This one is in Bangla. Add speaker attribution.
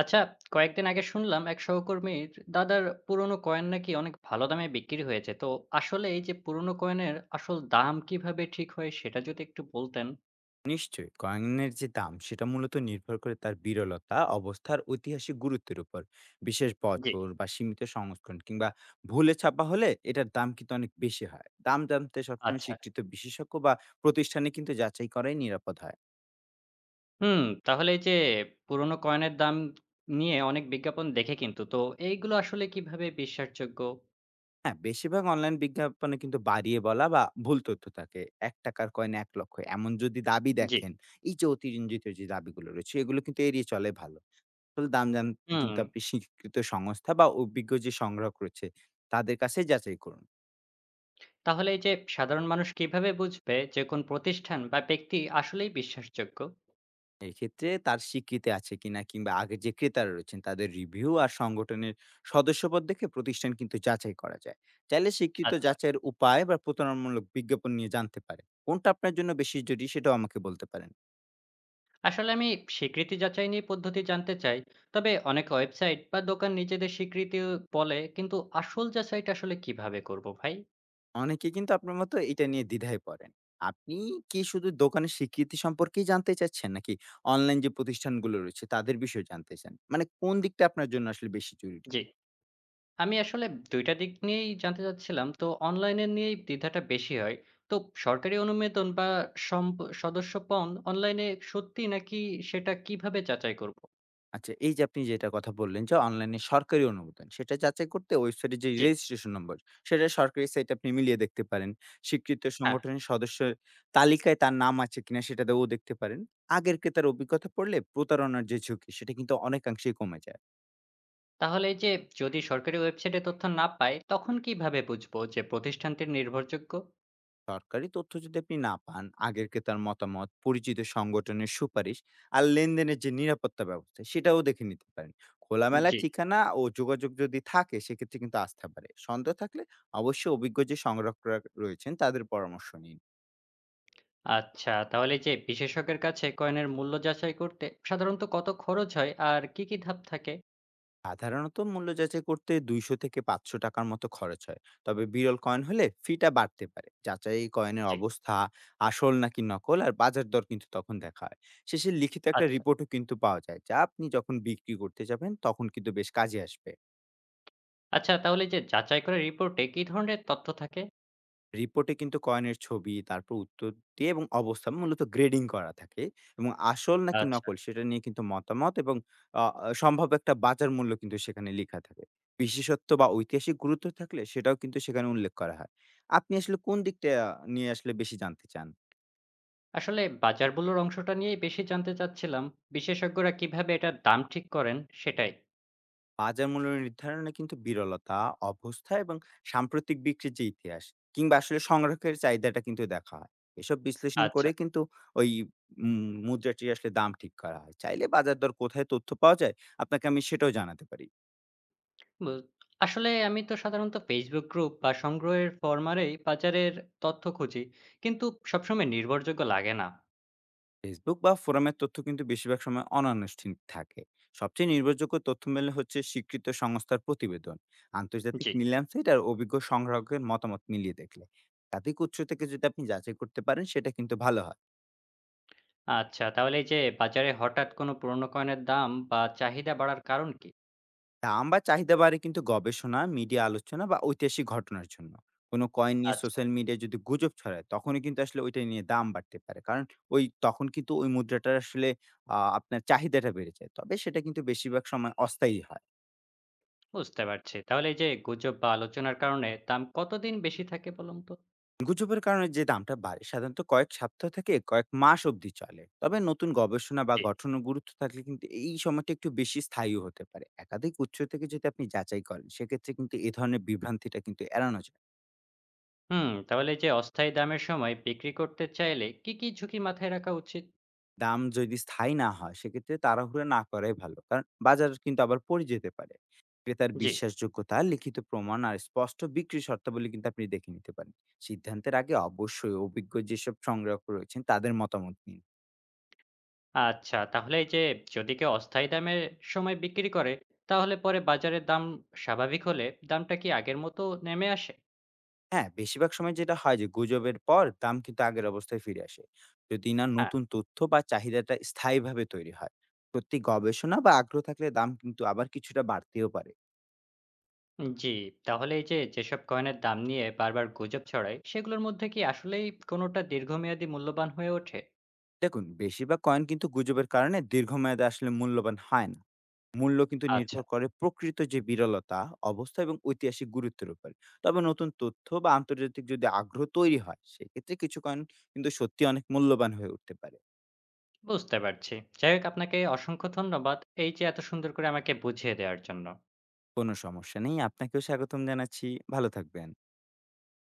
Speaker 1: আচ্ছা, কয়েকদিন আগে শুনলাম এক সহকর্মীর দাদার পুরনো কয়েন নাকি অনেক ভালো দামে বিক্রি হয়েছে। তো আসলে এই যে পুরনো কয়েনের আসল দাম কিভাবে ঠিক হয় সেটা যদি একটু বলতেন।
Speaker 2: নিশ্চয়ই কয়েনের যে দাম সেটা মূলত নির্ভর করে তার বিরলতা অবস্থার ঐতিহাসিক গুরুত্বের উপর বিশেষ
Speaker 1: জি,
Speaker 2: বছর বা সীমিত সংস্করণ কিংবা ভুলে ছাপা হলে এটার দাম কিন্তু অনেক বেশি হয় দাম জানতে সবসময়
Speaker 1: আচ্ছা।
Speaker 2: স্বীকৃত বিশেষজ্ঞ বা প্রতিষ্ঠানে কিন্তু যাচাই করাই নিরাপদ হয়।
Speaker 1: হুম, তাহলে এই যে পুরনো কয়েনের দাম নিয়ে অনেক বিজ্ঞাপন দেখে কিন্তু। তো এইগুলো আসলে কিভাবে বিশ্বাসযোগ্য?
Speaker 2: হ্যাঁ, বেশিরভাগ অনলাইন বিজ্ঞাপনে কিন্তু বাড়িয়ে বলা বা ভুল তথ্য থাকে। এক টাকার কয়েন ১,০০,০০০ এমন যদি দাবি
Speaker 1: জি।
Speaker 2: দেখেন, এই যে অতিরঞ্জিত যে দাবিগুলো রয়েছে এগুলো কিন্তু এড়িয়ে চলে ভালো। আসল দাম জানতে
Speaker 1: হুম,
Speaker 2: কিন্তু আপনি স্বীকৃত সংস্থা বা অভিজ্ঞ যে সংগ্রাহক রয়েছে, তাদের কাছে যাচাই করুন।
Speaker 1: তাহলে এই যে সাধারণ মানুষ কিভাবে বুঝবে যে কোন প্রতিষ্ঠান বা ব্যক্তি আসলেই বিশ্বাসযোগ্য?
Speaker 2: এক্ষেত্রে তার স্বীকৃতি আছে কিনা কিংবা আগের যে ক্রেতারা রয়েছেন তাদের রিভিউ আর সংগঠনের সদস্যপদ দেখে প্রতিষ্ঠান কিন্তু যাচাই করা যায়। চাইলে স্বীকৃত
Speaker 1: আচ্ছা।
Speaker 2: যাচাইয়ের উপায় বা প্রতারণামূলক বিজ্ঞাপন নিয়ে জানতে পারেন। কোনটা আপনার জন্য বেশি জরুরি সেটাও আমাকে বলতে পারেন।
Speaker 1: আসলে আমি স্বীকৃতি যাচাই নিয়ে পদ্ধতি জানতে চাই, তবে অনেক ওয়েবসাইট বা দোকান নিজেদের স্বীকৃতি বলে কিন্তু আসল যাচাইটা আসলে কিভাবে করব ভাই।
Speaker 2: অনেকে কিন্তু আপনার মতো এটা নিয়ে দ্বিধায় পড়েন। আপনি কি শুধু দোকানের স্বীকৃতি সম্পর্কেই জানতে চাচ্ছেন? নাকি অনলাইন যে প্রতিষ্ঠানগুলো রয়েছে তাদের বিষয়ে জানতে চান? মানে কোন দিকটা আপনার জন্য আসলে বেশি জরুরি?
Speaker 1: জি, আমি আসলে দুইটা দিক নিয়েই জানতে চাচ্ছিলাম, তো অনলাইনে নিয়েই দ্বিধাটা বেশি হয়। তো সরকারি অনুমোদন বা সদস্যপদ অনলাইনে সত্যি নাকি সেটা কিভাবে যাচাই করব।
Speaker 2: আচ্ছা, এই যে আপনি যেটা কথা বললেন যে অনলাইনে সরকারি অনুমোদন সেটা যাচাই করতে ওয়েবসাইটে যে
Speaker 1: জি।
Speaker 2: রেজিস্ট্রেশন নম্বর সেটা সরকারি সাইটে আপনি মিলিয়ে দেখতে পারেন। স্বীকৃত
Speaker 1: হ্যাঁ।
Speaker 2: সংগঠনের সদস্যের তালিকায় তার নাম আছে কিনা সেটাতেও দেখতে পারেন। আগের ক্রেতার অভিজ্ঞতা পড়লে প্রতারণার যে ঝুঁকি সেটা কিন্তু অনেকাংশেই কমে যায়।
Speaker 1: তাহলে এই যে যদি সরকারি ওয়েবসাইটে তথ্য না পাই তখন কিভাবে বুঝবো যে প্রতিষ্ঠানটির নির্ভরযোগ্য।
Speaker 2: সরকারি তথ্য যদি আপনি না পান, আগের ক্রেতার মতামত, পরিচিত সংগঠনের সুপারিশ আর লেনদেনের যে নিরাপত্তা ব্যবস্থা সেটাও দেখে নিতে পারেন। খোলামেলা
Speaker 1: জি।
Speaker 2: ঠিকানা ও যোগাযোগ যদি থাকে সেক্ষেত্রে কিন্তু আস্থা বাড়ে। সন্দেহ থাকলে অবশ্যই অভিজ্ঞ যে সংরক্ষক রয়েছেন তাদের পরামর্শ নিন।
Speaker 1: আচ্ছা, তাহলে এই যে বিশেষজ্ঞের কাছে কয়েনের মূল্য যাচাই করতে সাধারণত কত খরচ হয় আর কি, কি ধাপ থাকে?
Speaker 2: সাধারণত মূল্য যাচাই করতে ২০০ থেকে ৫০০ টাকার মতো খরচ হয়, তবে বিরল কয়েন হলে ফিটা বাড়তে পারে। যাচাই কয়েনের
Speaker 1: জি।
Speaker 2: অবস্থা আসল নাকি নকল আর বাজার দর কিন্তু তখন দেখা হয়। শেষে লিখিত একটা
Speaker 1: আচ্ছা,
Speaker 2: রিপোর্টও কিন্তু পাওয়া যায় যা আপনি যখন বিক্রি করতে যাবেন তখন কিন্তু বেশ কাজে আসবে।
Speaker 1: আচ্ছা তাহলে এই যে যাচাই করা রিপোর্টে কি ধরনের তথ্য থাকে?
Speaker 2: রিপোর্টে কিন্তু কয়েনের ছবি, তারপর উত্তর দিয়ে এবং অবস্থান মূলত গ্রেডিং করা থাকে এবং আসল নাকি
Speaker 1: আচ্ছা,
Speaker 2: নকল সেটা নিয়ে কিন্তু মতামত এবং আ আ সম্ভাব্য একটা বাজার মূল্য কিন্তু সেখানে লেখা থাকে। বিশেষত্ব বা ঐতিহাসিক গুরুত্ব থাকলে সেটাও কিন্তু সেখানে উল্লেখ করা হয়। আপনি আসলে কোন দিকটা নিয়ে আসলে বেশি জানতে চান?
Speaker 1: আসলে বাজার মূল্যর অংশটা নিয়েই বেশি জানতে চাচ্ছিলাম। বিশেষজ্ঞরা কিভাবে এটার দাম ঠিক করেন সেটাই।
Speaker 2: বাজার মূল্য নির্ধারণে কিন্তু বিরলতা, অবস্থা এবং সাম্প্রতিক বিক্রির যে ইতিহাস কিংবা আসলে সংগ্রহের চাহিদাটা কিন্তু দেখা হয়। এসব বিশ্লেষণ
Speaker 1: আচ্ছা,
Speaker 2: করে কিন্তু ওই মুদ্রাটির আসলে দাম ঠিক করা হয়। চাইলে বাজার দর কোথায় তথ্য পাওয়া যায়, আপনাকে আমি সেটাও জানাতে পারি।
Speaker 1: বু আসলে আমি তো সাধারণত Facebook গ্রুপ বা সংগ্রহের ফরমারেই বাজারের তথ্য খুঁজি। কিন্তু সবসময় নির্ভরযোগ্য লাগে না।
Speaker 2: ফেসবুক বা ফোরামের তথ্য কিন্তু বেশিরভাগ সময় অনানুষ্ঠানিক থাকে। সবচেয়ে নির্ভরযোগ্য তথ্য মেলে হচ্ছে স্বীকৃত সংস্থার প্রতিবেদন, আন্তর্জাতিক
Speaker 1: জি।
Speaker 2: নিলাম সাইট আর অভিজ্ঞ সংগ্রাহকের মতামত মিলিয়ে দেখলে। একাধিক উৎস থেকে যদি আপনি যাচাই করতে পারেন, সেটা কিন্তু ভালো হয়।
Speaker 1: আচ্ছা, তাহলে এই যে বাজারে হঠাৎ কোনো পুরনো কয়েনের দাম বা চাহিদা বাড়ার কারণ কি?
Speaker 2: দাম বা চাহিদা বাড়ে কিন্তু গবেষণা, মিডিয়া আলোচনা বা ঐতিহাসিক ঘটনার জন্য। কোনো কয়েন নিয়ে
Speaker 1: আচ্ছা,
Speaker 2: সোশ্যাল মিডিয়ায় যদি গুজব ছড়ায়, তখনই কিন্তু আসলে ওইটা নিয়ে দাম বাড়তে পারে। কারণ ওই তখন কিন্তু ওই মুদ্রাটার আসলে আপনার চাহিদাটা বেড়ে যায়। তবে সেটা কিন্তু বেশিরভাগ সময় অস্থায়ী হয়।
Speaker 1: বুঝতে পারছি। তাহলে এই যে গুজব বা আলোচনার কারণে দাম কতদিন বেশি থাকে বলুন তো?
Speaker 2: গুজবের কারণে যে দামটা বাড়ে, সাধারণত কয়েক সপ্তাহ থেকে কয়েক মাস অবধি চলে। তবে নতুন গবেষণা বা
Speaker 1: জি।
Speaker 2: গঠনের গুরুত্ব থাকলে কিন্তু এই সময়টা একটু বেশি স্থায়ীও হতে পারে। একাধিক উৎস থেকে যদি আপনি যাচাই করেন, সেক্ষেত্রে কিন্তু এ ধরনের বিভ্রান্তিটা কিন্তু এড়ানো যায়।
Speaker 1: হুম, তাহলে এই যে অস্থায়ী দামের সময় বিক্রি করতে চাইলে কি, কি ঝুঁকি মাথায় রাখা উচিত?
Speaker 2: দাম যদি স্থায়ী না হয় সেক্ষেত্রে তাড়াহুড়ো না করাই ভালো, কারণ বাজার কিন্তু আবার পড়ে যেতে পারে। ক্রেতার
Speaker 1: জি।
Speaker 2: বিশ্বাসযোগ্যতা, লিখিত প্রমাণ আর স্পষ্ট বিক্রি শর্তাবলী কিন্তু আপনি দেখে নিতে পারেন। সিদ্ধান্তের আগে অবশ্যই অভিজ্ঞ যেসব সংগ্রাহক রয়েছেন তাদের মতামত নিন।
Speaker 1: আচ্ছা, তাহলে এই যে যদি কেউ অস্থায়ী দামের সময় বিক্রি করে, তাহলে পরে বাজারের দাম স্বাভাবিক হলে দামটা কি আগের মতো নেমে আসে?
Speaker 2: হ্যাঁ, বেশিরভাগ সময় যেটা হয় যে গুজবের পর দাম কিন্তু আগের অবস্থায় ফিরে আসে, যদি না
Speaker 1: হ্যাঁ।
Speaker 2: নতুন তথ্য বা চাহিদাটা স্থায়ীভাবে তৈরি হয়। প্রতি গবেষণা বা আগ্রহ থাকলে দাম কিন্তু আবার কিছুটা বাড়তেও পারে।
Speaker 1: জি, তাহলে এই যে যেসব কয়েনের দাম নিয়ে বারবার গুজব ছড়ায়, সেগুলোর মধ্যে কি আসলেই কোনোটা দীর্ঘমেয়াদী মূল্যবান হয়ে ওঠে?
Speaker 2: দেখুন, বেশিরভাগ কয়েন কিন্তু গুজবের কারণে দীর্ঘমেয়াদে আসলে মূল্যবান হয় না। মূল্য কিন্তু
Speaker 1: আচ্ছা,
Speaker 2: নির্ভর করে প্রকৃত যে বিরলতা, অবস্থা এবং ঐতিহাসিক গুরুত্বের উপর। তবে নতুন তথ্য বা আন্তর্জাতিক যদি আগ্রহ তৈরি হয়, সেক্ষেত্রে কিছু কয়েন কিন্তু সত্যি অনেক মূল্যবান হয়ে উঠতে পারে।
Speaker 1: বুঝতে পারছি। যাই হোক, আপনাকে অসংখ্য ধন্যবাদ এই যে এত সুন্দর করে আমাকে বুঝিয়ে দেওয়ার জন্য।
Speaker 2: কোনো সমস্যা নেই। আপনাকেও স্বাগতম জানাচ্ছি। ভালো থাকবেন।